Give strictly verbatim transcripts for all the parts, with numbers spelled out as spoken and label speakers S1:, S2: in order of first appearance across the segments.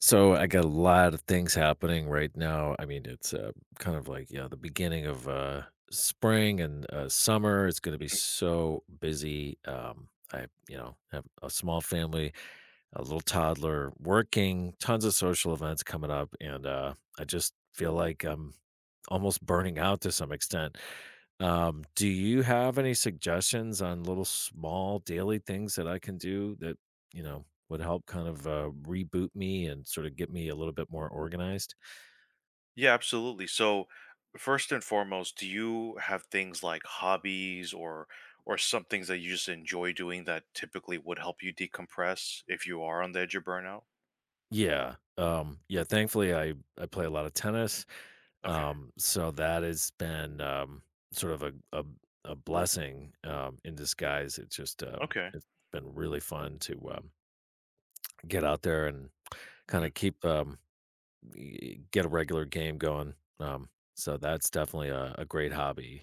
S1: So I got a lot of things happening right now. I mean, it's uh, kind of like yeah, the beginning of uh, spring and uh, summer. It's going to be so busy. Um, I, you know, have a small family, a little toddler, working, tons of social events coming up, and uh, I just feel like I'm almost burning out to some extent. Um, do you have any suggestions on little small daily things that I can do that, you know, would help kind of uh, reboot me and sort of get me a little bit more organized?
S2: Yeah, absolutely. So, first and foremost, do you have things like hobbies or or some things that you just enjoy doing that typically would help you decompress if you are on the edge of burnout?
S1: Yeah. Um, yeah, thankfully I I play a lot of tennis.
S2: Okay.
S1: Um, so that has been um sort of a a, a blessing um in disguise. It's just um
S2: Okay.
S1: it's been really fun to um get out there and kind
S2: Hmm.
S1: of keep um y- get a regular game going. Um, so that's definitely a, a great hobby.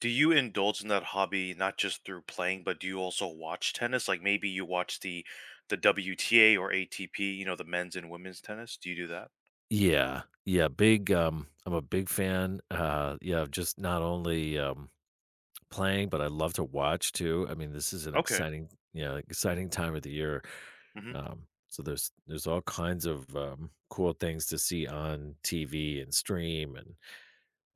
S2: Do you indulge in that hobby not just through playing, but do you also watch tennis? Like maybe you watch the the W T A or A T P, you know, the men's and women's tennis. Do you do that?
S1: Yeah, yeah, big. Um, I'm a big fan. Uh, yeah, of just not only um, playing, but I love to watch too. I mean, this is an
S2: Okay.
S1: exciting, yeah, like, exciting time of the year.
S2: Hmm.
S1: Um, so there's there's all kinds of um, cool things to see on T V and stream and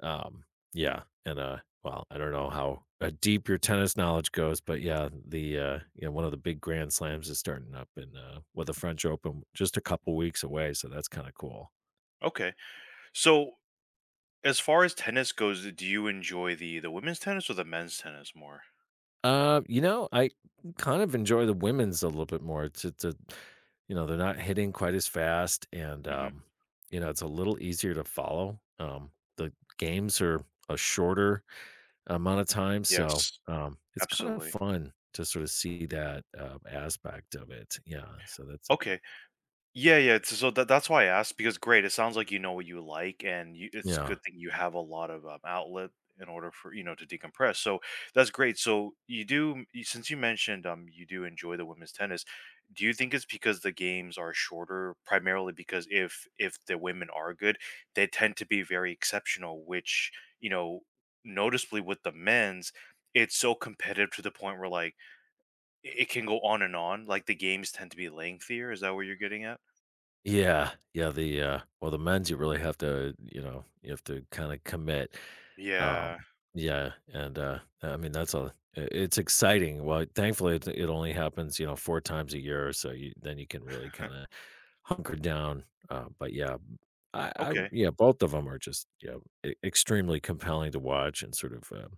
S1: Um, yeah, and, uh, well, I don't know how uh, deep your tennis knowledge goes, but yeah, the, uh, you know, one of the big grand slams is starting up in, uh well, the French Open just a couple weeks away, so that's kinda cool.
S2: Okay. So, as far as tennis goes, do you enjoy the the women's tennis or the men's tennis more?
S1: Uh, you know, I kind of enjoy the women's a little bit more. It's it's a you know, they're not hitting quite as fast and,
S2: Mm-hmm.
S1: um, you know, it's a little easier to follow. Um, the games are a shorter amount of time, so,
S2: Yes,
S1: um, it's kind of
S2: absolutely.
S1: fun to sort of see that, um, aspect of it, yeah, so that's a
S2: Okay. Yeah, yeah. It's, so that, that's why I asked because great. It sounds like you know what you like, and you, it's
S1: yeah.
S2: good that you have a lot of um, outlet in order for you know to decompress. So that's great. So you do you- since you mentioned um you do enjoy the women's tennis. Do you think it's because the games are shorter, primarily because if if the women are good, they tend to be very exceptional, which you know noticeably with the men's, it's so competitive to the point where, like, It it can go on and on. Like, the games tend to be lengthier. Is that what you're getting at?
S1: Yeah, yeah, the, uh well, the men's you really have to, you know, you have to kinda commit, um,
S2: Yeah.
S1: yeah, and, uh, I mean, that's a I it's exciting, well, thankfully, it it only happens, you know, four times a year, so you then you can really kinda hunker down, uh, but yeah, I I
S2: Okay,
S1: yeah, both of them are just, yeah e extremely compelling to watch and sort of, uh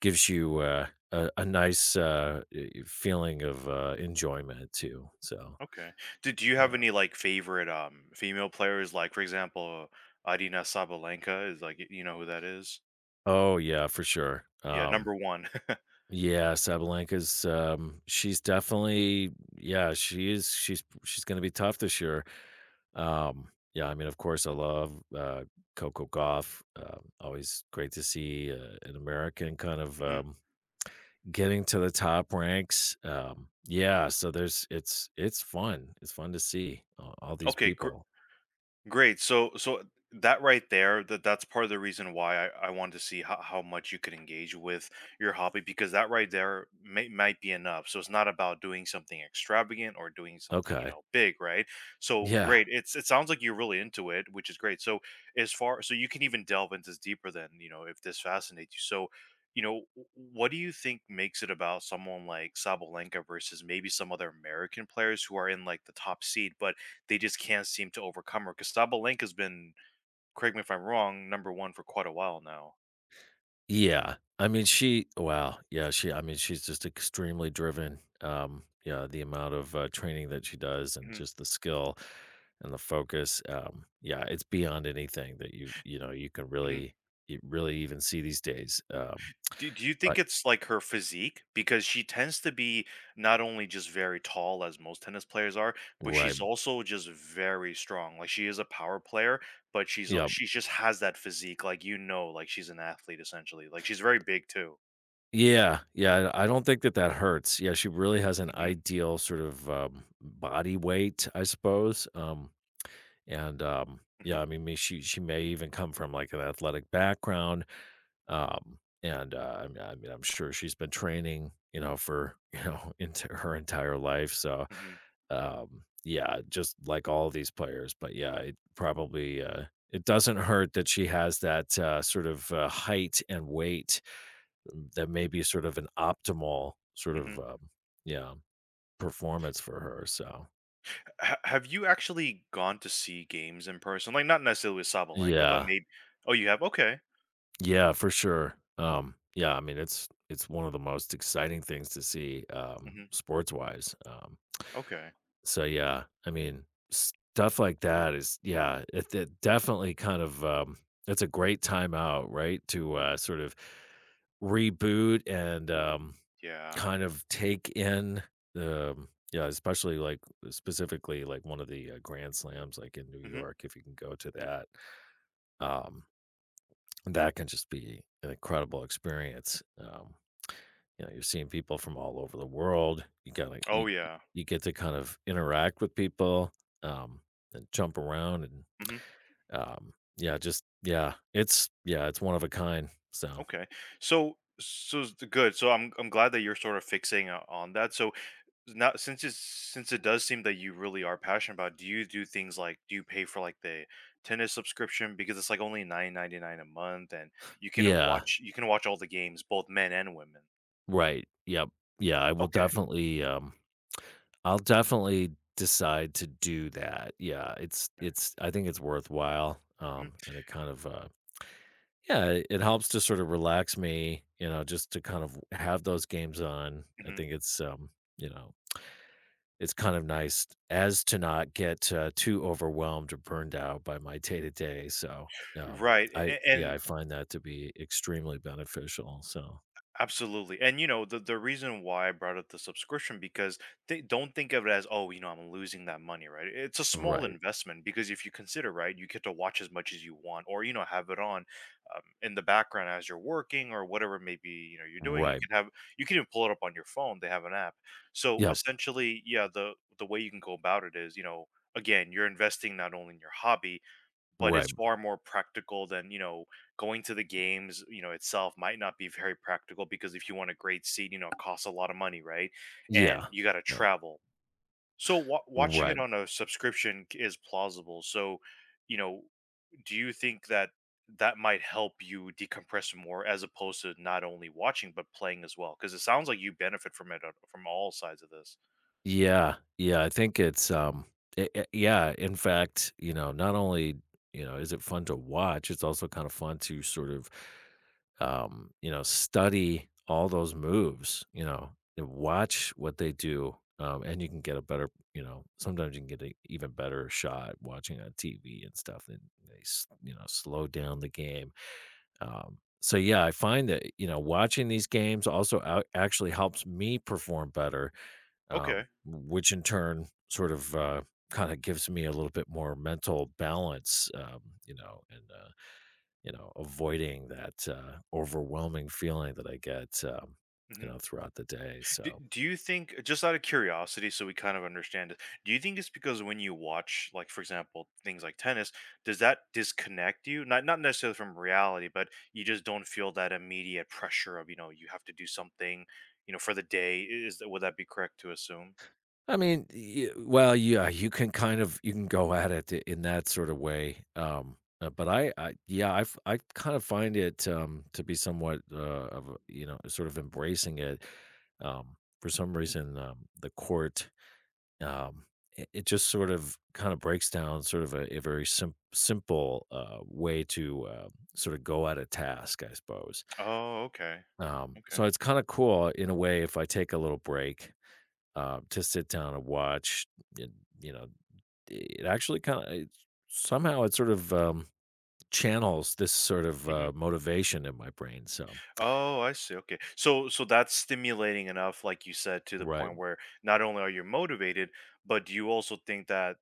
S1: gives you, uh, a a nice, uh, eh, feeling of, uh, enjoyment too, so,
S2: okay. Do Do you have
S1: yeah.
S2: any, like, favorite, um, female players? Like, for example, Adina Sabalenka is, like, y- you know who that is?
S1: Oh, yeah, for sure.
S2: Yeah,
S1: Um,
S2: number one.
S1: yeah, Sabalenka's, um, she's definitely yeah, she is she's she's gonna be tough this year. Um, yeah, I mean, of course, I love, uh, Coco Gauff, um, always great to see, uh, an American kind of,
S2: Mhm.
S1: um, getting to the top ranks. Um, yeah, so there's it's it's fun. It's fun to see a all these
S2: Okay, gr
S1: people.
S2: Great. So so that right there, that that's part of the reason why I, I wanted to see how, how much you could engage with your hobby, because that right there may, might be enough. So it's not about doing something extravagant or doing something, you
S1: Okay.
S2: know, big, right? So
S1: Yeah.
S2: great. It's it sounds like you're really into it, which is great. So as far so you can even delve into this deeper then, you know, if this fascinates you. So you know, w- what do you think makes it about someone like Sabalenka versus maybe some other American players who are in, like, the top seed, but they just can't seem to overcome her? 'Cause Sabalenka's been, correct me if I'm wrong, number one for quite a while now.
S1: Yeah. I mean, she wow. Yeah, she I mean, she's just extremely driven. Um, yeah, the amount of uh, training that she does and
S2: Mhm,
S1: just the skill and the focus. Um, yeah, it's beyond anything that you you know, you can
S2: mhm.
S1: really you really even see these days. Um,
S2: Do do you think
S1: right.
S2: it's, like, her physique? Because she tends to be not only just very tall, as most tennis players are, but
S1: Right.
S2: she's also just very strong. Like, she is a power player, but she's a
S1: Yeah.
S2: she just has that physique, like, you know, like, she's an athlete, essentially. Like, she's very big too.
S1: Yeah. Yeah, I I don't think that that hurts. Yeah, she really has an
S2: Mhm,
S1: ideal sort of um, body weight, I suppose. Um And, um,
S2: mhm,
S1: yeah, I mean, me she she may even come from, like, an athletic background, um, and, uh, I mean I mean, I'm sure she's been training, you know, for, you know, into her entire life, so,
S2: mhm,
S1: um, yeah, just like all these players, but, yeah, it probably, uh it doesn't hurt that she has that, uh, sort of, uh, height and weight um, that may be sort of an optimal sort
S2: mhm.
S1: of, um, yeah, performance for her, so
S2: Ha have you actually gone to see games in person? Like, not necessarily with Sabalenka, but
S1: yeah.
S2: maybe. Oh, you have? Okay.
S1: Yeah, for sure. Um, yeah, I mean it's it's one of the most exciting things to see um
S2: Hmm.
S1: sports wise. Um
S2: Okay.
S1: so yeah, I mean stuff like that is yeah, it, it definitely kind of um it's a great time out, right? To uh sort of reboot and um
S2: Yeah.
S1: kind of take in the um, yeah, especially like specifically like one of the uh, grand slams like in New
S2: Hmm.
S1: York if you can go to that. Um that can just be an incredible experience. Um, you know, you're seeing people from all over the world. You gotta you
S2: Oh, yeah.
S1: You get to kind of interact with people, um, and jump around and
S2: Hmm.
S1: um, yeah, just yeah, it's yeah, it's one of a kind. So
S2: Okay. So so s- good. So I'm I'm glad that you're sort of fixing o- on that. So now, since it's since it does seem that you really are passionate about, do you do things like, do you pay for, like, the tennis subscription, because it's like only nine ninety nine a month, and you can
S1: yeah,
S2: watch you can watch all the games, both men and women.
S1: right. Yep. Yeah, I will
S2: Okay.
S1: definitely um I'll definitely decide to do that. Yeah, it's
S2: Okay.
S1: it's I think it's worthwhile. Um,
S2: Mm-hmm.
S1: and it kind of uh yeah, it it helps to sort of relax me, you know, just to kind of have those games on. I
S2: Mm-hmm.
S1: think it's, um, you know, it's kind of nice as to not get uh, too overwhelmed or burned out by my day to day. So, um,
S2: Right. a-
S1: I,
S2: a-
S1: yeah,
S2: And
S1: I find that to be extremely beneficial. So,
S2: absolutely. And, you know, the the reason why I brought up the subscription, because they don't think of it as, oh, you know, I'm losing that money, right? It's a small
S1: right,
S2: investment, because if you consider, right, you get to watch as much as you want, or, you know, have it on, um, in the background as you're working or whatever, maybe, you know, you're doing. You
S1: right.
S2: can have you can even pull it up on your phone. They have an app. So
S1: Yep,
S2: essentially, yeah, the the way you can go about it is, you know, again, you're investing not only in your hobby, but it's
S1: right.
S2: far more practical than, you know, going to the games, you know, itself might not be very practical, because if you want a great seat, you know, it costs a lot of money, right? And
S1: Yeah,
S2: you got to
S1: yeah,
S2: travel, so wa- watching it
S1: right.
S2: on a subscription c- is plausible. So, you know, do you think that that might help you decompress more, as opposed to not only watching but playing as well, because it sounds like you benefit from it on- from all sides of this?
S1: Yeah, yeah, I think it's, um, I I yeah, in fact, you know, not only, you know, is it fun to watch, it's also kind of fun to sort of, um, you know, study all those moves, you know, and watch what they do, um, and you can get a better, you know, sometimes you can get an even better shot watching on T V and stuff, and they s you know, slow down the game, um, so yeah, I find that, you know, watching these games also ou actually helps me perform better um,
S2: Okay.
S1: which in turn sort of uh, kind of gives me a little bit more mental balance, um, you know, and uh, you know, avoiding that uh, overwhelming feeling that I get, um, you
S2: Mhm.
S1: know, throughout the day.
S2: Do,
S1: So.
S2: do you think, uh, just out of curiosity, so we kind of understand it, do you think it's because when you watch, like, for example, things like tennis, does that disconnect you? Not not necessarily from reality, but you just don't feel that immediate pressure of, you know, you have to do something, you know, for the day. Is that would that be correct to assume?
S1: I mean, y- well, yeah, you can kind of you can go at it i- in that sort of way. Um, uh, but I, I, yeah, I, f- I kind of find it um, to be somewhat uh, of a- you know sort of embracing it. Um, for some reason, um, the court Um, it, it just sort of kind of breaks down sort of a, a very sim- simple uh, way to um sort of go at a task, I suppose.
S2: Oh, okay,
S1: Um, so
S2: okay.
S1: it's kind of cool in a way if I take a little break uh, to sit down and watch. It, you know, it actually kind of somehow it sort of um, channels this sort of
S2: Hmm.
S1: uh, motivation in my brain. So
S2: Oh, I see. Okay, so so that's stimulating enough, like you said, to the
S1: right,
S2: point where not only are you motivated, but do you also think that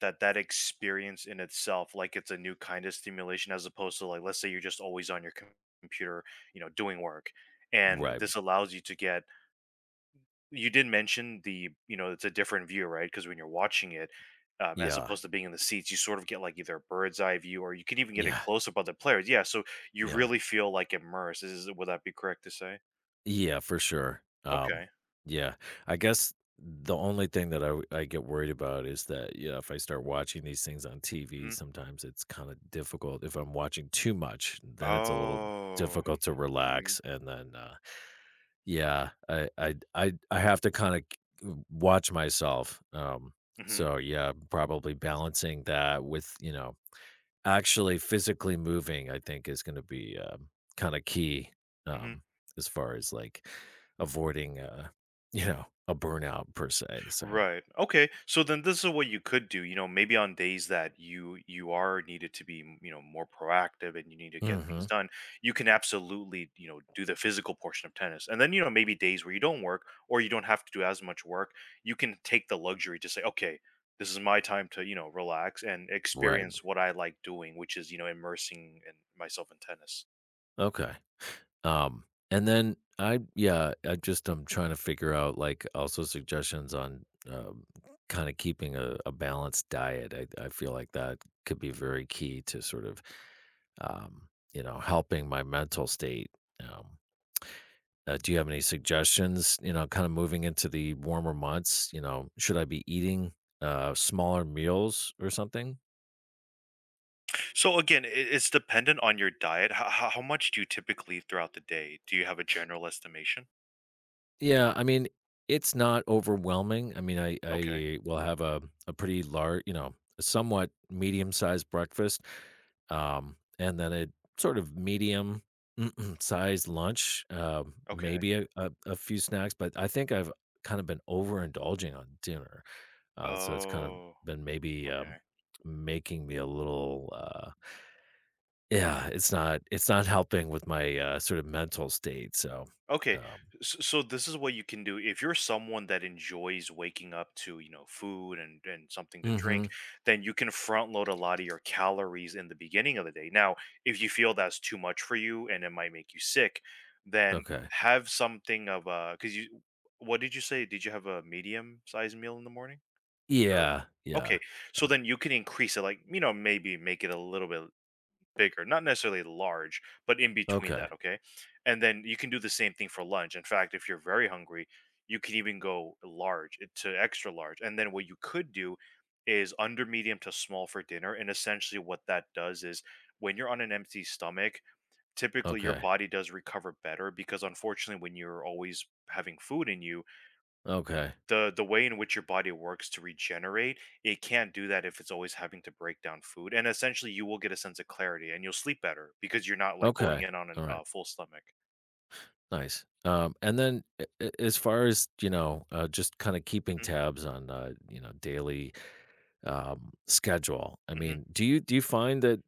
S2: That that experience in itself, like, it's a new kind of stimulation, as opposed to, like, let's say you're just always on your com- computer, you know, doing work. And
S1: right,
S2: this allows you to get, you did mention the, you know, it's a different view, right? Because when you're watching it, um, as
S1: yeah,
S2: opposed to being in the seats, you sort of get like either a bird's eye view, or you can even get a
S1: yeah,
S2: close up of the players. Yeah, so you
S1: yeah.
S2: really feel, like, immersed. Is Would that be correct to say?
S1: Yeah, for sure. Um,
S2: Okay.
S1: yeah, I guess the only thing that I w- I get worried about is that yeah, if I start watching these things on T V,
S2: Hmm.
S1: sometimes it's kind of difficult. If I'm watching too much, then it's a little
S2: Oh.
S1: difficult to
S2: Hmm.
S1: relax. And then uh, yeah, I I I I have to kind of watch myself. Um,
S2: Hmm.
S1: so yeah, probably balancing that with you know actually physically moving, I think, is gonna be, um, kinda key,
S2: Hmm.
S1: um, as far as, like, avoiding, uh, you know, a burnout per se, so
S2: Right. Okay. So then, this is what you could do, you know, maybe on days that you you are needed to be, m- you know, more proactive, and you need to get things
S1: mhm.
S2: done, you can absolutely, you know, do the physical portion of tennis. And then, you know, maybe days where you don't work or you don't have to do as much work, you can take the luxury to say, okay, this is my time to, you know, relax and
S1: Right.
S2: experience what I like doing, which is, you know, immersing in myself in tennis.
S1: Okay. Um, and then I yeah, I just I'm trying to figure out, like, also suggestions on, um, kinda keeping a a balanced diet. I I feel like that could be very key to sort of, um, you know, helping my mental state, um Uh, do you have any suggestions, you know, kind of moving into the warmer months, you know, should I be eating uh smaller meals or something?
S2: So again, i- it's dependent on your diet. How, how how much do you typically eat throughout the day? Do you have a general estimation?
S1: Yeah, I mean, it's not overwhelming. I mean, I
S2: Okay.
S1: I will have a a pretty large, you know, a somewhat medium-sized breakfast, um and then a sort of medium sized lunch, um
S2: Okay.
S1: maybe a, a a few snacks, but I think I've kind of been overindulging on dinner. Uh, so it's kind of
S2: Oh,
S1: been maybe um,
S2: okay.
S1: making me a little uh, yeah, it's not it's not helping with my uh, sort of mental state. So
S2: Okay.
S1: um,
S2: So, so this is what you can do. If you're someone that enjoys waking up to, you know, food and and something to drink,
S1: hmm
S2: then you can front load a lot of your calories in the beginning of the day. Now, if you feel that's too much for you and it might make you sick, then
S1: okay.
S2: have something of a, cuz you, what did you say? Did you have a medium sized meal in the morning? Or
S1: Yeah,
S2: okay.
S1: yeah.
S2: So then you can increase it, like, you know, maybe make it a little bit bigger, not necessarily large, but in between
S1: Okay.
S2: that, okay? And then you can do the same thing for lunch. In fact, if you're very hungry, you can even go large, it- to extra large. And then what you could do is under medium to small for dinner. And essentially, what that does is, when you're on an empty stomach, typically your
S1: Okay.
S2: body does recover better, because unfortunately, when you're always having food in you,
S1: Okay.
S2: the the way in which your body works to regenerate, it can't do that if it's always having to break down food, and essentially, you will get a sense of clarity, and you'll sleep better because you're not, like, going
S1: Okay.
S2: in on an
S1: All
S2: a
S1: right.
S2: uh, full stomach.
S1: Nice. Um,
S2: Mm,
S1: and then a- a- as far as, you know, uh, just kind of keeping
S2: mhm,
S1: tabs on, uh, you know, daily, um, schedule. I
S2: mhm.
S1: mean, do you, do you find that,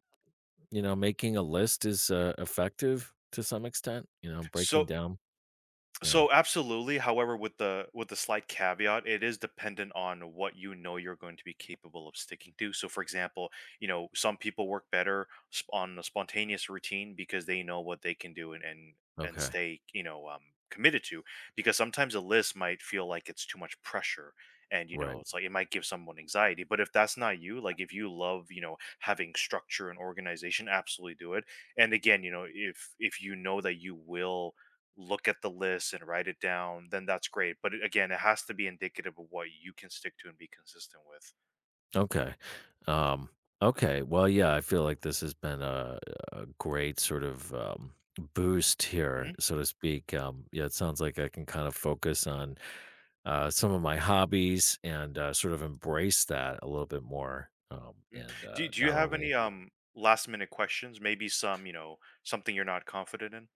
S1: you know, making a list is, uh, effective to some extent, you know, breaking
S2: So
S1: down yeah.
S2: So absolutely. However, with the, with the slight caveat, it is dependent on what you know you're going to be capable of sticking to. So, for example, you know, some people work better sp- on a spontaneous routine, because they know what they can do, and and and
S1: Okay.
S2: stay, you know, um, committed to. Because sometimes a list might feel like it's too much pressure, and, you know,
S1: Right.
S2: it's like it might give someone anxiety. But if that's not you, like if you love, you know, having structure and organization, absolutely do it. And again, you know, if if you know that you will look at the list and write it down, then that's great. But it- again, it has to be indicative of what you can stick to and be consistent with.
S1: Okay. Um, okay. Well, yeah, I feel like this has been a, a great sort of um, boost here,
S2: Mhm,
S1: so to speak. Um, yeah, it sounds like I can kind of focus on uh, some of my hobbies and uh, sort of embrace that a little bit more. Um,
S2: mhm.
S1: and
S2: Do
S1: uh,
S2: Do you
S1: not
S2: have any
S1: only
S2: um last minute questions? Maybe some, you know, something you're not confident in.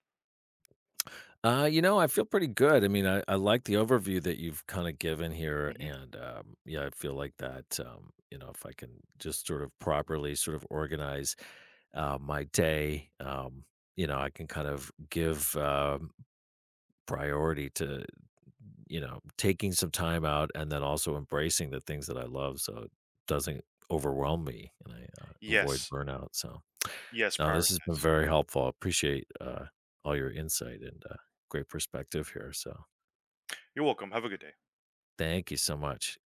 S1: Uh, you know, I feel pretty good. I mean, I, I like the overview that you've kind of given here.
S2: Hmm.
S1: And um, yeah, I feel like that, um, you know, if I can just sort of properly sort of organize uh, my day, um, you know, I can kind of give um, priority to, you know, taking some time out and then also embracing the things that I love. So it doesn't overwhelm me and I uh, avoid
S2: Yes,
S1: burnout. So
S2: yes.
S1: now this has been
S2: Prioritize.
S1: very helpful. I appreciate uh, all your insight and uh, great perspective here. So.
S2: You're welcome. Have a good day.
S1: Thank you so much.